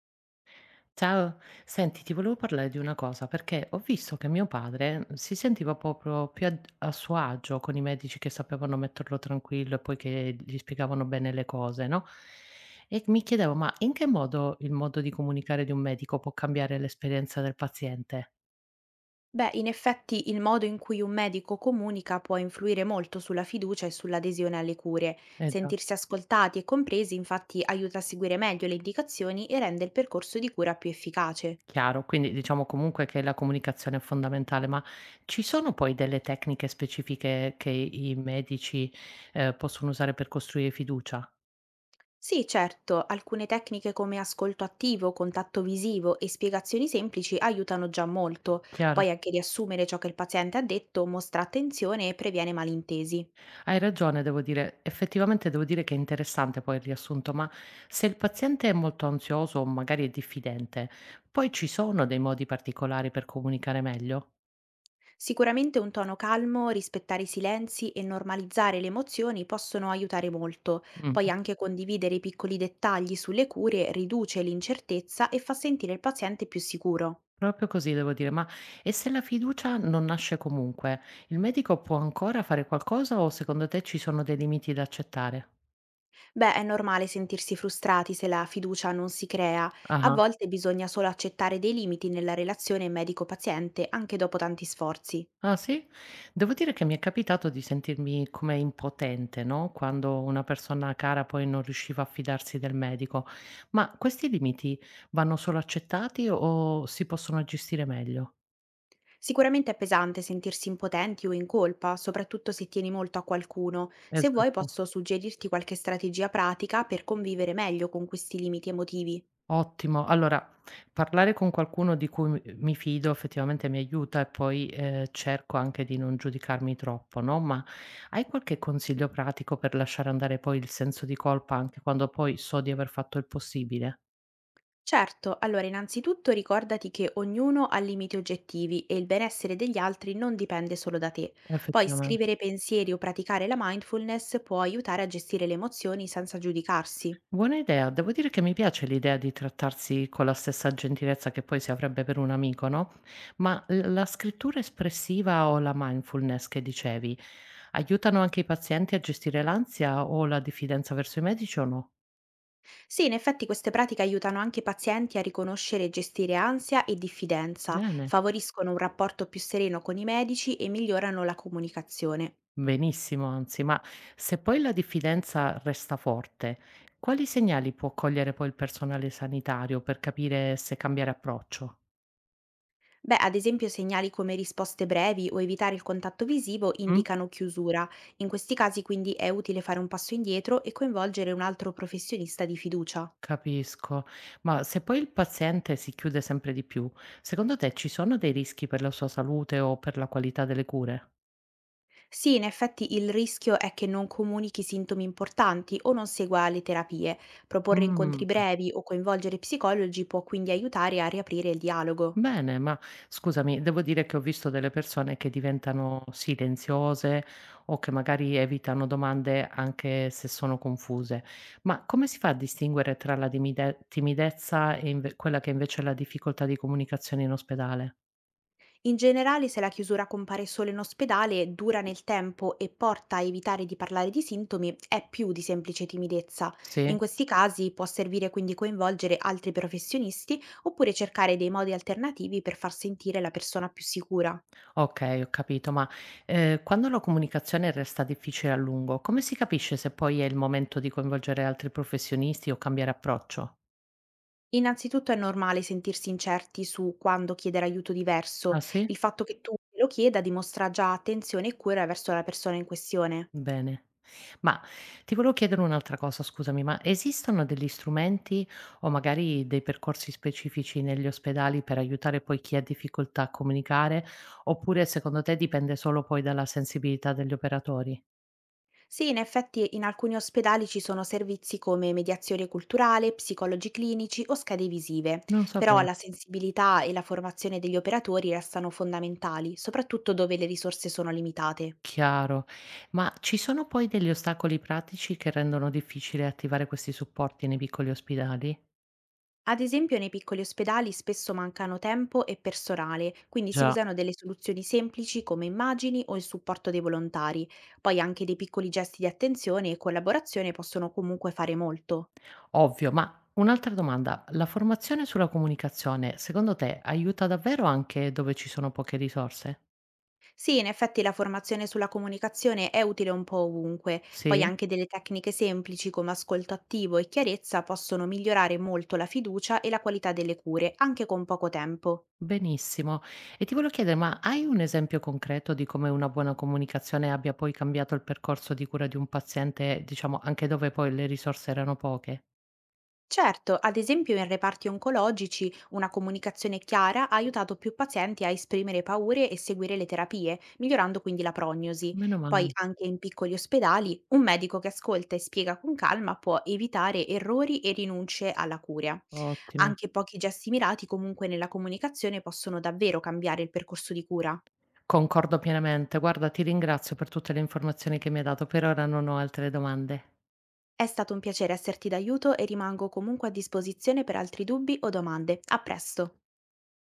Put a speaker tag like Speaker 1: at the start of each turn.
Speaker 1: Ciao, senti, ti volevo parlare di una cosa perché ho visto che mio padre si sentiva proprio più a suo agio con i medici che sapevano metterlo tranquillo e poi che gli spiegavano bene le cose, no? E mi chiedevo, ma in che modo il modo di comunicare di un medico può cambiare l'esperienza del paziente?
Speaker 2: Beh, in effetti il modo in cui un medico comunica può influire molto sulla fiducia e sull'adesione alle cure.
Speaker 1: Eh già,
Speaker 2: Sentirsi ascoltati e compresi infatti aiuta a seguire meglio le indicazioni e rende il percorso di cura più efficace.
Speaker 1: chiaro, quindi diciamo comunque che la comunicazione è fondamentale, ma ci sono poi delle tecniche specifiche che i medici possono usare per costruire fiducia?
Speaker 2: Sì, certo, alcune tecniche come ascolto attivo, contatto visivo e spiegazioni semplici aiutano già molto.
Speaker 1: Chiaro?
Speaker 2: Poi anche riassumere ciò che il paziente ha detto mostra attenzione e previene malintesi.
Speaker 1: Hai ragione, devo dire. Effettivamente devo dire che è interessante poi il riassunto, ma se il paziente è molto ansioso o magari è diffidente, poi ci sono dei modi particolari per comunicare meglio?
Speaker 2: Sicuramente un tono calmo, rispettare i silenzi e normalizzare le emozioni possono aiutare molto.
Speaker 1: Mm.
Speaker 2: Poi anche condividere i piccoli dettagli sulle cure riduce l'incertezza e fa sentire il paziente più sicuro.
Speaker 1: Proprio così, devo dire. Ma e se la fiducia non nasce comunque, il medico può ancora fare qualcosa o secondo te ci sono dei limiti da accettare?
Speaker 2: Beh, è normale sentirsi frustrati se la fiducia non si crea. A
Speaker 1: Ah.
Speaker 2: volte bisogna solo accettare dei limiti nella relazione medico-paziente anche dopo tanti sforzi.
Speaker 1: Ah sì? Devo dire che mi è capitato di sentirmi come impotente, no? Quando una persona cara poi non riusciva a fidarsi del medico. Ma questi limiti vanno solo accettati o si possono gestire meglio?
Speaker 2: Sicuramente è pesante sentirsi impotenti o in colpa, soprattutto se tieni molto a qualcuno. Se vuoi
Speaker 1: Esatto.
Speaker 2: posso suggerirti qualche strategia pratica per convivere meglio con questi limiti emotivi.
Speaker 1: Ottimo. Allora, parlare con qualcuno di cui mi fido effettivamente mi aiuta e poi cerco anche di non giudicarmi troppo, no? Ma hai qualche consiglio pratico per lasciare andare poi il senso di colpa anche quando poi so di aver fatto il possibile?
Speaker 2: Certo, allora innanzitutto ricordati che ognuno ha limiti oggettivi e il benessere degli altri non dipende solo da te. Poi
Speaker 1: Effettivamente.
Speaker 2: scrivere pensieri o praticare la mindfulness può aiutare a gestire le emozioni senza giudicarsi.
Speaker 1: Buona idea. Devo dire che mi piace l'idea di trattarsi con la stessa gentilezza che poi si avrebbe per un amico, no? Ma la scrittura espressiva o la mindfulness che dicevi, aiutano anche i pazienti a gestire l'ansia o la diffidenza verso i medici o no?
Speaker 2: Sì, in effetti queste pratiche aiutano anche i pazienti a riconoscere e gestire ansia e diffidenza,
Speaker 1: Bene,
Speaker 2: favoriscono un rapporto più sereno con i medici e migliorano la comunicazione.
Speaker 1: benissimo, anzi, ma se poi la diffidenza resta forte, quali segnali può cogliere poi il personale sanitario per capire se cambiare approccio?
Speaker 2: Beh, ad esempio segnali come risposte brevi o evitare il contatto visivo
Speaker 1: Mm?
Speaker 2: indicano chiusura. In questi casi quindi è utile fare un passo indietro e coinvolgere un altro professionista di fiducia.
Speaker 1: Capisco. Ma se poi il paziente si chiude sempre di più, secondo te ci sono dei rischi per la sua salute o per la qualità delle cure?
Speaker 2: Sì, in effetti il rischio è che non comunichi sintomi importanti o non segua le terapie. Proporre incontri
Speaker 1: Mh,
Speaker 2: brevi o coinvolgere psicologi può quindi aiutare a riaprire il dialogo.
Speaker 1: bene, ma scusami, devo dire che ho visto delle persone che diventano silenziose o che magari evitano domande anche se sono confuse. Ma come si fa a distinguere tra la timidezza e inve quella che invece è la difficoltà di comunicazione in ospedale?
Speaker 2: In generale, se la chiusura compare solo in ospedale, dura nel tempo e porta a evitare di parlare di sintomi, è più di semplice timidezza. In
Speaker 1: Sì?
Speaker 2: questi casi può servire quindi coinvolgere altri professionisti oppure cercare dei modi alternativi per far sentire la persona più sicura.
Speaker 1: Okay, ho capito, ma, quando la comunicazione resta difficile a lungo, come si capisce se poi è il momento di coinvolgere altri professionisti o cambiare approccio?
Speaker 2: Innanzitutto è normale sentirsi incerti su quando chiedere aiuto diverso.
Speaker 1: Ah sì?
Speaker 2: Il fatto che tu lo chieda dimostra già attenzione e cura verso la persona in questione.
Speaker 1: Bene. Ma ti volevo chiedere un'altra cosa, scusami, ma esistono degli strumenti o magari dei percorsi specifici negli ospedali per aiutare poi chi ha difficoltà a comunicare, oppure secondo te dipende solo poi dalla sensibilità degli operatori?
Speaker 2: Sì, in effetti in alcuni ospedali ci sono servizi come mediazione culturale, psicologi clinici o schede visive,
Speaker 1: Non
Speaker 2: però
Speaker 1: sapevo.
Speaker 2: la sensibilità e la formazione degli operatori restano fondamentali, soprattutto dove le risorse sono limitate.
Speaker 1: Chiaro. Ma ci sono poi degli ostacoli pratici che rendono difficile attivare questi supporti nei piccoli ospedali?
Speaker 2: Ad esempio, nei piccoli ospedali spesso mancano tempo e personale, quindi si
Speaker 1: Già.
Speaker 2: usano delle soluzioni semplici come immagini o il supporto dei volontari. Poi anche dei piccoli gesti di attenzione e collaborazione possono comunque fare molto.
Speaker 1: Ovvio, ma un'altra domanda, la formazione sulla comunicazione, secondo te aiuta davvero anche dove ci sono poche risorse?
Speaker 2: Sì, in effetti la formazione sulla comunicazione è utile un po' ovunque,
Speaker 1: Sì?
Speaker 2: poi anche delle tecniche semplici come ascolto attivo e chiarezza possono migliorare molto la fiducia e la qualità delle cure, anche con poco tempo.
Speaker 1: Benissimo. E ti volevo chiedere, ma hai un esempio concreto di come una buona comunicazione abbia poi cambiato il percorso di cura di un paziente, diciamo, anche dove poi le risorse erano poche?
Speaker 2: Certo, ad esempio in reparti oncologici una comunicazione chiara ha aiutato più pazienti a esprimere paure e seguire le terapie, migliorando quindi la prognosi.
Speaker 1: Meno
Speaker 2: Poi
Speaker 1: male,
Speaker 2: anche in piccoli ospedali un medico che ascolta e spiega con calma può evitare errori e rinunce alla cura.
Speaker 1: ottimo.
Speaker 2: Anche pochi gesti mirati comunque nella comunicazione possono davvero cambiare il percorso di cura.
Speaker 1: Concordo pienamente. Guarda, ti ringrazio per tutte le informazioni che mi hai dato. Per ora non ho altre domande.
Speaker 2: È stato un piacere esserti d'aiuto e rimango comunque a disposizione per altri dubbi o domande. A presto!